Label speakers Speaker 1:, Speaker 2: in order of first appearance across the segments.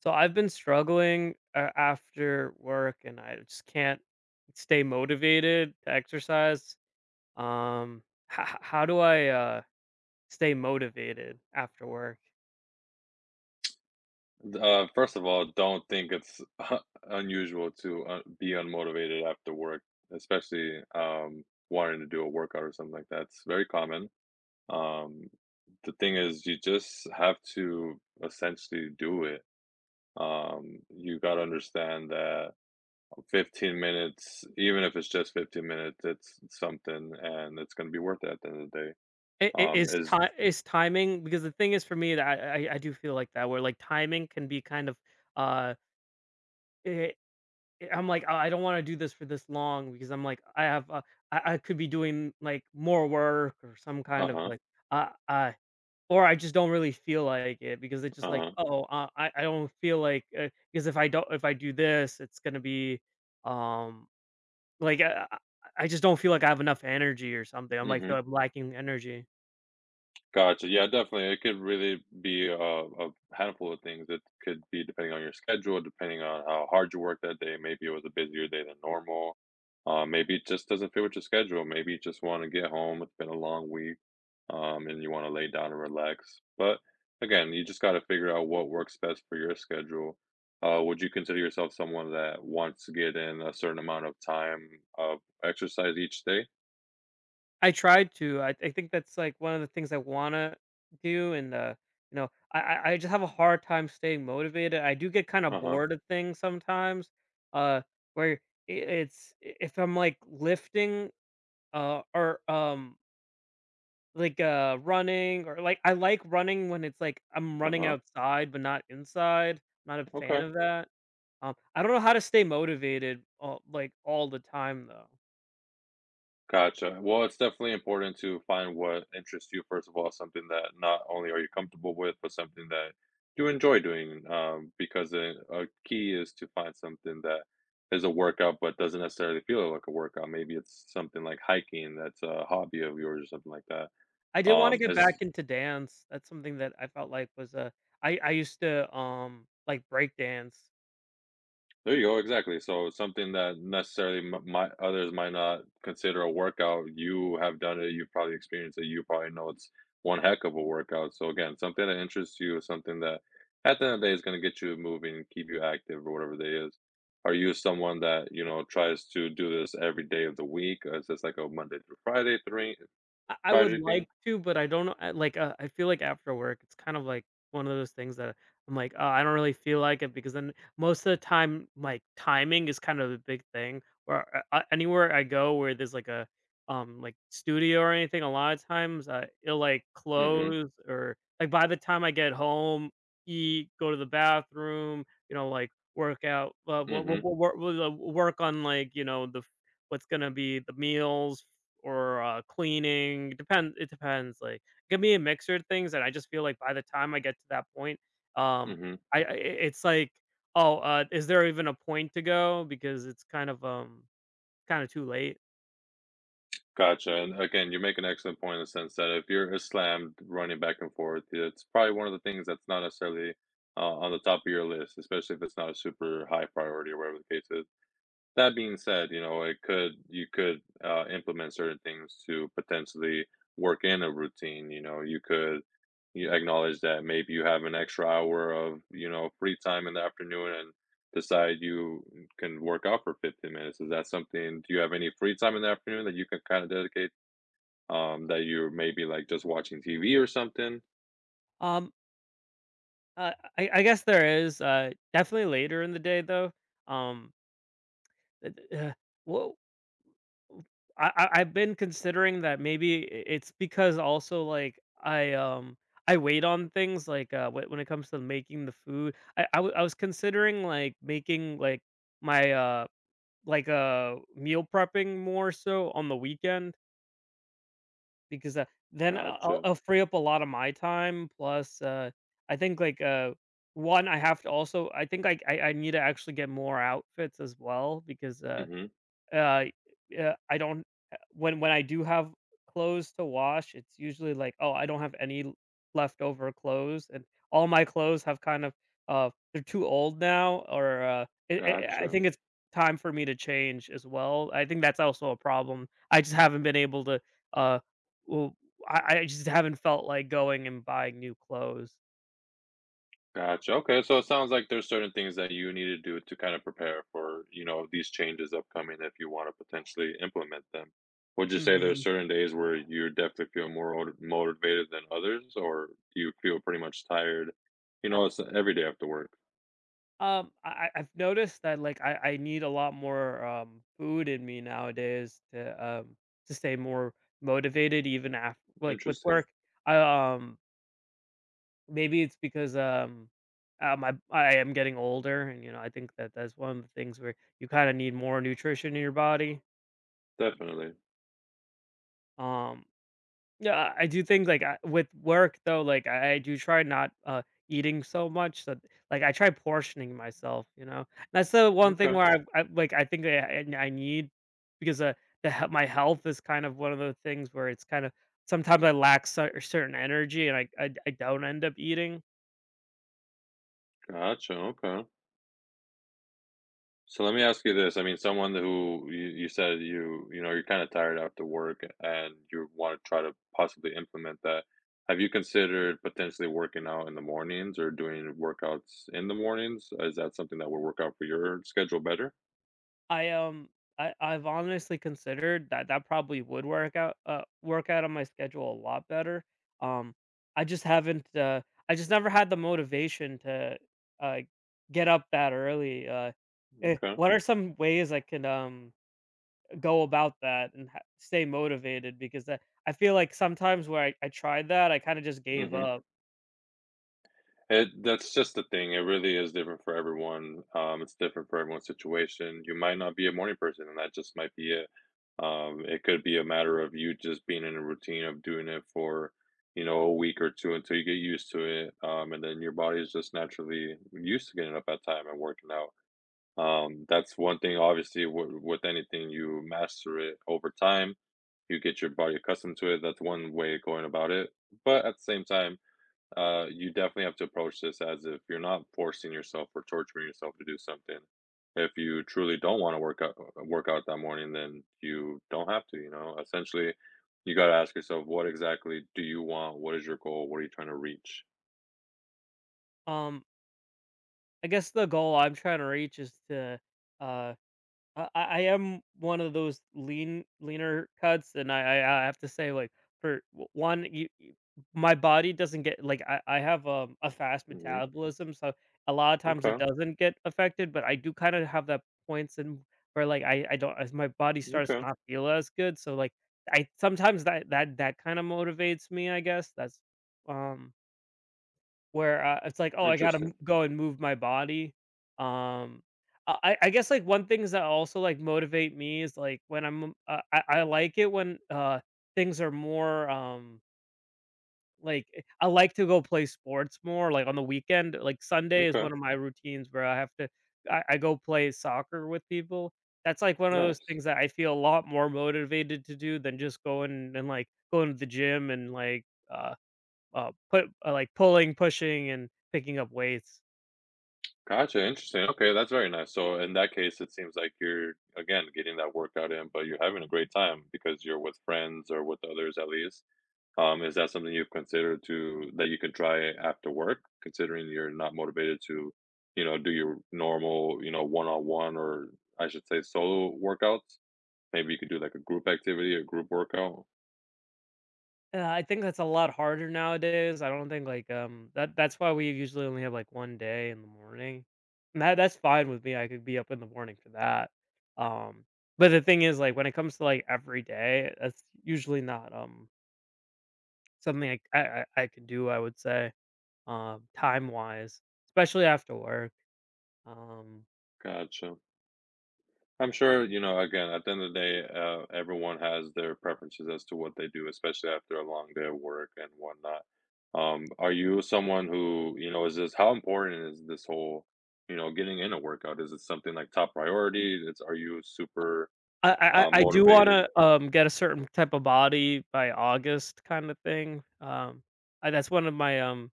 Speaker 1: So I've been struggling after work, and I just can't stay motivated to exercise. Um, h- h- how do I stay motivated after work?
Speaker 2: First of all, don't think it's unusual to be unmotivated after work, especially wanting to do a workout or something like that. It's very common. Um, the thing is, you just have to essentially do it. You got to understand that 15 minutes, even if it's just 15 minutes, it's something and it's going to be worth it at the end of the day.
Speaker 1: I- i- Is
Speaker 2: Is
Speaker 1: time is timing because the thing is for me that I do feel like that where like timing can be kind of uh i I'm like, "Oh, I don't want to do this for this long because I'm like I have I could be doing like more work or some
Speaker 2: uh
Speaker 1: kind of
Speaker 2: huh,
Speaker 1: like uh, uh. Or I just don't really feel like it because it's
Speaker 2: uh
Speaker 1: just like,
Speaker 2: huh,
Speaker 1: "Oh, I don't feel like," because if I do this, it's gonna be, um, like, I I just don't feel like I have enough energy or something. I'm like, feel
Speaker 2: hmm
Speaker 1: like I'm lacking energy."
Speaker 2: Gotcha. Yeah, definitely. It could really be a handful of things. It could be depending on your schedule, depending on how hard you work that day. Maybe it was a busier day than normal. Maybe it just doesn't fit with your schedule. Maybe you just want to get home. It's been a long week, and you want to lay down and relax. But again, you just got to figure out what works best for your schedule. Would you consider yourself someone that wants to get in a certain amount of time of exercise each day?
Speaker 1: I tried to. I think that's, like, one of the things I wanna do, and I just have a hard time staying motivated. I do get kinda
Speaker 2: Uh huh.
Speaker 1: bored of things sometimes, uh, where I it's I if I'm, like, lifting, uh, or, um like, running, or like I like running when it's, like, I'm
Speaker 2: Uh
Speaker 1: running
Speaker 2: huh.
Speaker 1: outside, but not inside. I'm not a fan
Speaker 2: Okay.
Speaker 1: of that. I don't know how to stay motivated all the time, though.
Speaker 2: Gotcha. Well, it's definitely important to find what interests you, first of all, something that not only are you comfortable with, but something that you enjoy doing. Because a key is to find something that is a workout, but doesn't necessarily feel like a workout. Maybe it's something like hiking that's a hobby of yours or something like that.
Speaker 1: I did wanna get back
Speaker 2: As
Speaker 1: into dance. That's something that I felt like was a— I used to, break dance.
Speaker 2: There you go, exactly. So something that necessarily m might others might not consider a workout, you have done it, you've probably experienced it, you probably know it's one heck of a workout. So again, something that interests you is something that at the end of the day is gonna get you moving and keep you active or whatever the day is. Are you someone that, you know, tries to do this every day of the week? Or is this like a Monday through
Speaker 1: I would
Speaker 2: Friday thing?
Speaker 1: like to, but I don't know, I feel like after work, it's kind of like one of those things that I'm like, "Oh, I don't really feel like it," because then most of the time, like, timing is kind of a big thing where anywhere I go where there's like a like studio or anything, a lot of times, it'll, like,
Speaker 2: Mhm,
Speaker 1: close, or, like, by the time I get home, eat, go to the bathroom, you know, like, work out, wo wo
Speaker 2: mhm,
Speaker 1: wo wo wo work on, like, the f what's gonna be the meals, or cleaning. Depend it depends. Like, it can be a mixture of things, and I just feel like by the time I get to that point, um,
Speaker 2: mhm.
Speaker 1: I it's like, "Oh, is there even a point to go?" Because it's kind of too late.
Speaker 2: Gotcha. And again, you make an excellent point in the sense that if you're slammed running back and forth, it's probably one of the things that's not necessarily on the top of your list, especially if it's not a super high priority or whatever the case is. That being said, you know, it could you could, implement certain things to potentially work in a routine, you know, you acknowledge that maybe you have an extra hour of, you know, free time in the afternoon and decide you can work out for 15 minutes. Is that something, do you have any free time in the afternoon that you can kinda dedicate, that you're maybe, like, just watching TV or something?
Speaker 1: Um, uh, I guess there is. Definitely later in the day, though. Um, uh, I I've been considering that maybe it's because also like I wait on things like when it comes to making the food. I was considering like making like my like meal prepping more so on the weekend, because then
Speaker 2: Gotcha.
Speaker 1: I'll free up a lot of my time. Plus, I think like one— I have to also— I think like I need to actually get more outfits as well because
Speaker 2: Mhm.
Speaker 1: uh, yeah, I don't— when I do have clothes to wash, it's usually like, "Oh, I don't have any leftover clothes," and all my clothes have kind of they're too old now, or I
Speaker 2: Gotcha.
Speaker 1: think it's time for me to change as well. I think that's also a problem. I just haven't been able to. Uh, well, I just haven't felt like going and buying new clothes.
Speaker 2: Gotcha. Okay. So it sounds like there's certain things that you need to do to kind of prepare for, you know, these changes upcoming if you want to potentially implement them. Would you say there's
Speaker 1: Mm-hmm.
Speaker 2: certain days where you definitely feel more motivated than others, or you feel pretty much tired? You know, it's every day after work.
Speaker 1: I've noticed that, like, I need a lot more, food in me nowadays to stay more motivated even after like, with
Speaker 2: Interesting.
Speaker 1: work. I, um Maybe it's because, my I am getting older, and, you know, I think that that's one of the things where you kinda need more nutrition in your body.
Speaker 2: Definitely.
Speaker 1: Um Yeah, I do think, like, I— with work, though, like, I do try not, eating so much that— like, I try portioning myself, you know? That's the one thing
Speaker 2: Okay.
Speaker 1: where I like, I think I need because, the he my health is kind of one of those things where it's kind of sometimes I lack certain energy, and I don't end up eating.
Speaker 2: Gotcha. Okay. So let me ask you this. I mean, someone who you said you you know you're kind of tired after work and you want to try to possibly implement that. Have you considered potentially working out in the mornings or doing workouts in the mornings? Is that something that would work out for your schedule better?
Speaker 1: I, um, I I've honestly considered that that probably would work out, on my schedule a lot better. Um, I just haven't, I just never had the motivation to, uh, get up that early.
Speaker 2: Okay.
Speaker 1: What are some ways I can, go about that and stay motivated? Because that, I feel like sometimes where I tried that, I kind of just gave
Speaker 2: Hmm.
Speaker 1: up.
Speaker 2: It, that's just the thing, it really is different for everyone, it's different for everyone's situation, you might not be a morning person, and that just might be it. It could be a matter of you just being in a routine of doing it for, you know, a week or two until you get used to it, and then your body is just naturally used to getting up at time and working out. That's one thing, obviously, w with anything, you master it over time, you get your body accustomed to it, that's one way of going about it, but at the same time, you definitely have to approach this as if you're not forcing yourself or torturing yourself to do something. If you truly don't want to work out that morning, then you don't have to. You know, essentially, you got to ask yourself, what exactly do you want? What is your goal? What are you trying to reach?
Speaker 1: Um, I guess the goal I'm trying to reach is to, uh, I am one of those leaner cuts, and I have to say, like, for w- one, you- my body doesn't get like— I have a fast
Speaker 2: Hmm.
Speaker 1: metabolism, so a lot of times it
Speaker 2: Okay.
Speaker 1: doesn't get affected. But I do kind of have that points, and where like I don't— as my body starts
Speaker 2: Okay.
Speaker 1: to not feel as good, so like I— sometimes that kind of motivates me. I guess that's um where, it's like, "Oh, I gotta m
Speaker 2: Interesting.
Speaker 1: go and move my body." Um, I guess, like, one things that also, like, motivate me is, like, when I'm I like it when, things are more, I like to go play sports more, like, on the weekend. Like, Sunday is
Speaker 2: Okay.
Speaker 1: one of my routines where I have to— I go play soccer with people. That's, like, one of those
Speaker 2: Nice.
Speaker 1: things that I feel a lot more motivated to do than just going and, like, going to the gym and, like, put like pulling, pushing, and picking up weights.
Speaker 2: Gotcha. Interesting. Okay, that's very nice. So in that case, it seems like you're again getting that workout in, but you're having a great time because you're with friends or with others at least. Is that something you've considered to that you could try after work, considering you're not motivated to, you know, do your normal, you know, one-on-one or I should say solo workouts? Maybe you could do like a group activity, a group workout.
Speaker 1: I think that's a lot harder nowadays. I don't think like that that's why we usually only have like 1 day in the morning. And that that's fine with me. I could be up in the morning for that. Um but the thing is like when it comes to like every day, that's usually not something I could do, I would say, time wise, especially after work. Um
Speaker 2: Gotcha. I'm sure, you know, again, at the end of the day, everyone has their preferences as to what they do, especially after a long day of work and whatnot. Are you someone who, you know, is this how important is this whole, you know, getting in a workout? Is it something like top priority? Are you super
Speaker 1: I I I I do
Speaker 2: motivated?
Speaker 1: wanna, get a certain type of body by August kind of thing. That's one of my, um,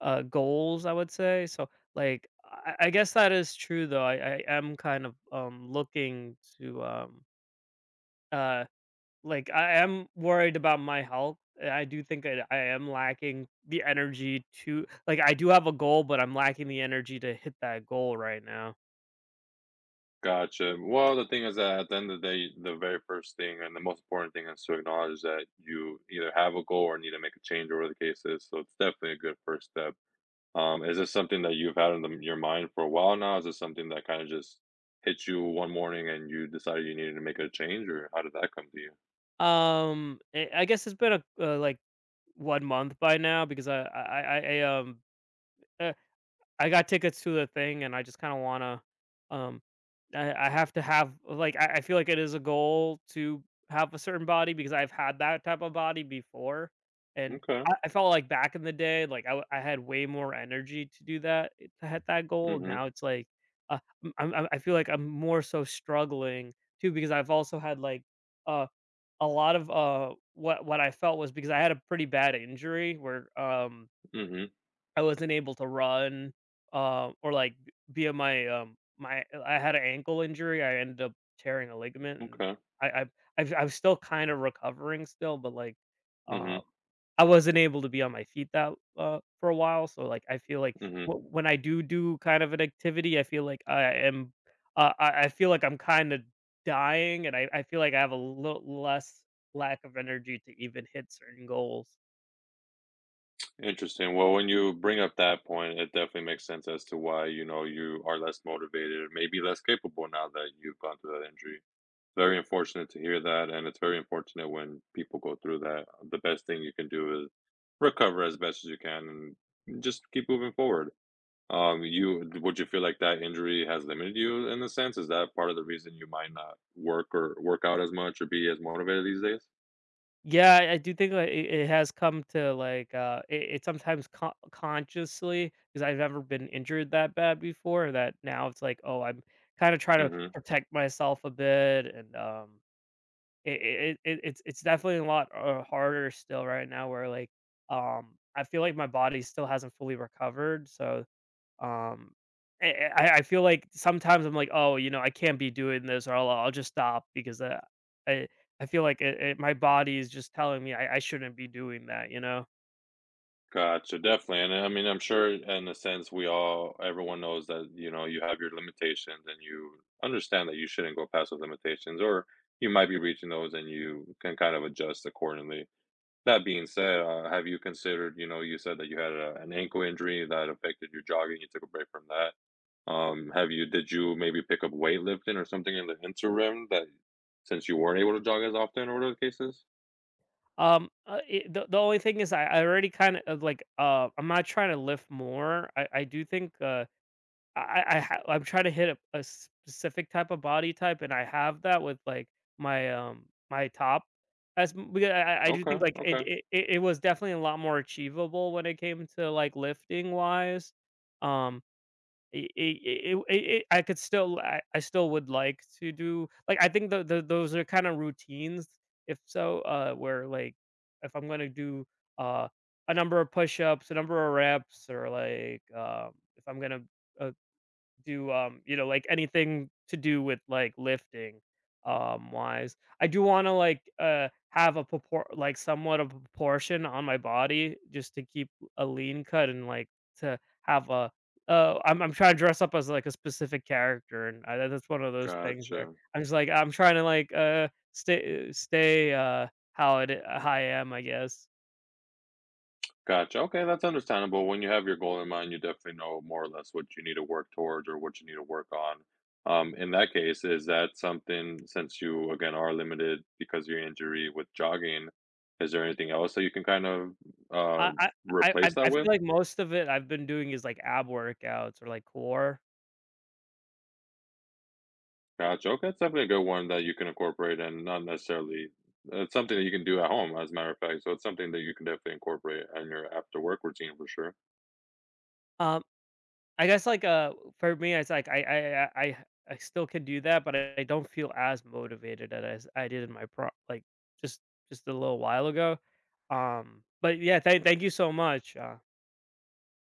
Speaker 1: uh, goals, I would say. So, like, I guess that is true, though. I am kind of, looking to, uh, I am worried about my health, and I do think that I am lacking the energy to— like, I do have a goal, but I'm lacking the energy to hit that goal right now.
Speaker 2: Gotcha. Well, the thing is that at the end of the day, the very first thing and the most important thing is to acknowledge that you either have a goal or need to make a change, or whatever the case is. So it's definitely a good first step. Is this something that you've had in the your mind for a while now? Is this something that kind of just hit you one morning and you decided you needed to make a change, or how did that come to you?
Speaker 1: I guess it's been a— 1 month by now, because eh, I got tickets to the thing, and I just kinda wanna, um I have to have like— I feel like it is a goal to have a certain body, because I've had that type of body before, and
Speaker 2: Okay.
Speaker 1: I felt like back in the day, like, I had way more energy to do that, to hit that goal.
Speaker 2: Mm-hmm.
Speaker 1: Now it's like, uh, I feel like I'm more so struggling too, because I've also had, like, uh a lot of, what— what I felt was because I had a pretty bad injury where,
Speaker 2: Mm-hmm.
Speaker 1: I wasn't able to run, or like b- via my my I had an ankle injury. I ended up tearing a ligament, and
Speaker 2: Okay.
Speaker 1: I, I I've— I'm still kind of recovering still, but like,
Speaker 2: Mm-hmm.
Speaker 1: um, I wasn't able to be on my feet that for a while. So like, I feel like
Speaker 2: Mm-hmm.
Speaker 1: when I do do kind of an activity, I feel like I am, I feel like I'm kind of dying, and I feel like I have a little less— lack of energy to even hit certain goals.
Speaker 2: Interesting. Well, when you bring up that point, it definitely makes sense as to why, you know, you are less motivated, or maybe less capable now that you've gone through that injury. Very unfortunate to hear that, and it's very unfortunate when people go through that. The best thing you can do is recover as best as you can and just keep moving forward. You would you feel like that injury has limited you in a sense? Is that part of the reason you might not work or work out as much or be as motivated these days?
Speaker 1: Yeah, I do think, like, it— it has come to, like, it it's sometimes consciously, because 'cause I've never been injured that bad before, that now it's like, "Oh, I'm kinda trying to
Speaker 2: Mm-hmm.
Speaker 1: protect myself a bit," and, it's definitely a lot, harder still right now where, like, I feel like my body still hasn't fully recovered. So um, I feel like sometimes I'm like, "Oh, you know, I can't be doing this," or "I'll— I'll just stop," because I I feel like it— my body is just telling me I shouldn't be doing that, you know?
Speaker 2: Gotcha, definitely. And I mean, I'm sure in a sense everyone knows that, you know, you have your limitations and you understand that you shouldn't go past those limitations or you might be reaching those and you can kind of adjust accordingly. That being said, have you considered, you know, you said that you had an ankle injury that affected your jogging, you took a break from that. Did you maybe pick up weightlifting or something in the interim that since you weren't able to jog as often or whatever the case is?
Speaker 1: It The only thing is I already kinda, I'm not trying to lift more. I do think, I I'm trying to hit a— a specific type of body type, and I have that with, like, my top. As m we I do think,
Speaker 2: Okay,
Speaker 1: like, it
Speaker 2: okay.
Speaker 1: it it it was definitely a lot more achievable when it came to, like, lifting-wise. Um, it it it it it I could still— I still would like to do like— I think the those are kinda routines, if so, where, like, if I'm gonna do, uh, a number of push-ups, a number of reps, or, like, if I'm gonna, uh you know, like anything to do with like lifting, wise. I do want to like have a propor like somewhat of a proportion on my body just to keep a lean cut, and like to have a— I'm trying to dress up as like a specific character, and I— that's one of those things there.
Speaker 2: Gotcha.
Speaker 1: I'm just like— I'm trying to like stay how how I am, I guess.
Speaker 2: Gotcha. Okay, that's understandable. When you have your goal in mind, you definitely know more or less what you need to work towards or what you need to work on. In that case, is that something, since you again are limited because of your injury with jogging, is there anything else that you can kind of uh,
Speaker 1: I I
Speaker 2: replace
Speaker 1: I
Speaker 2: that with?
Speaker 1: feel like most of it I've been doing is like ab workouts or like core.
Speaker 2: Gotcha. Okay, it's definitely a good one that you can incorporate and not necessarily, it's something that you can do at home, as a matter of fact. So it's something that you can definitely incorporate in your after work routine for sure.
Speaker 1: um. I guess, like, for me, it's like I still can do that, but I don't feel as motivated at as I did in my just just a little while ago. But yeah, thank you so much.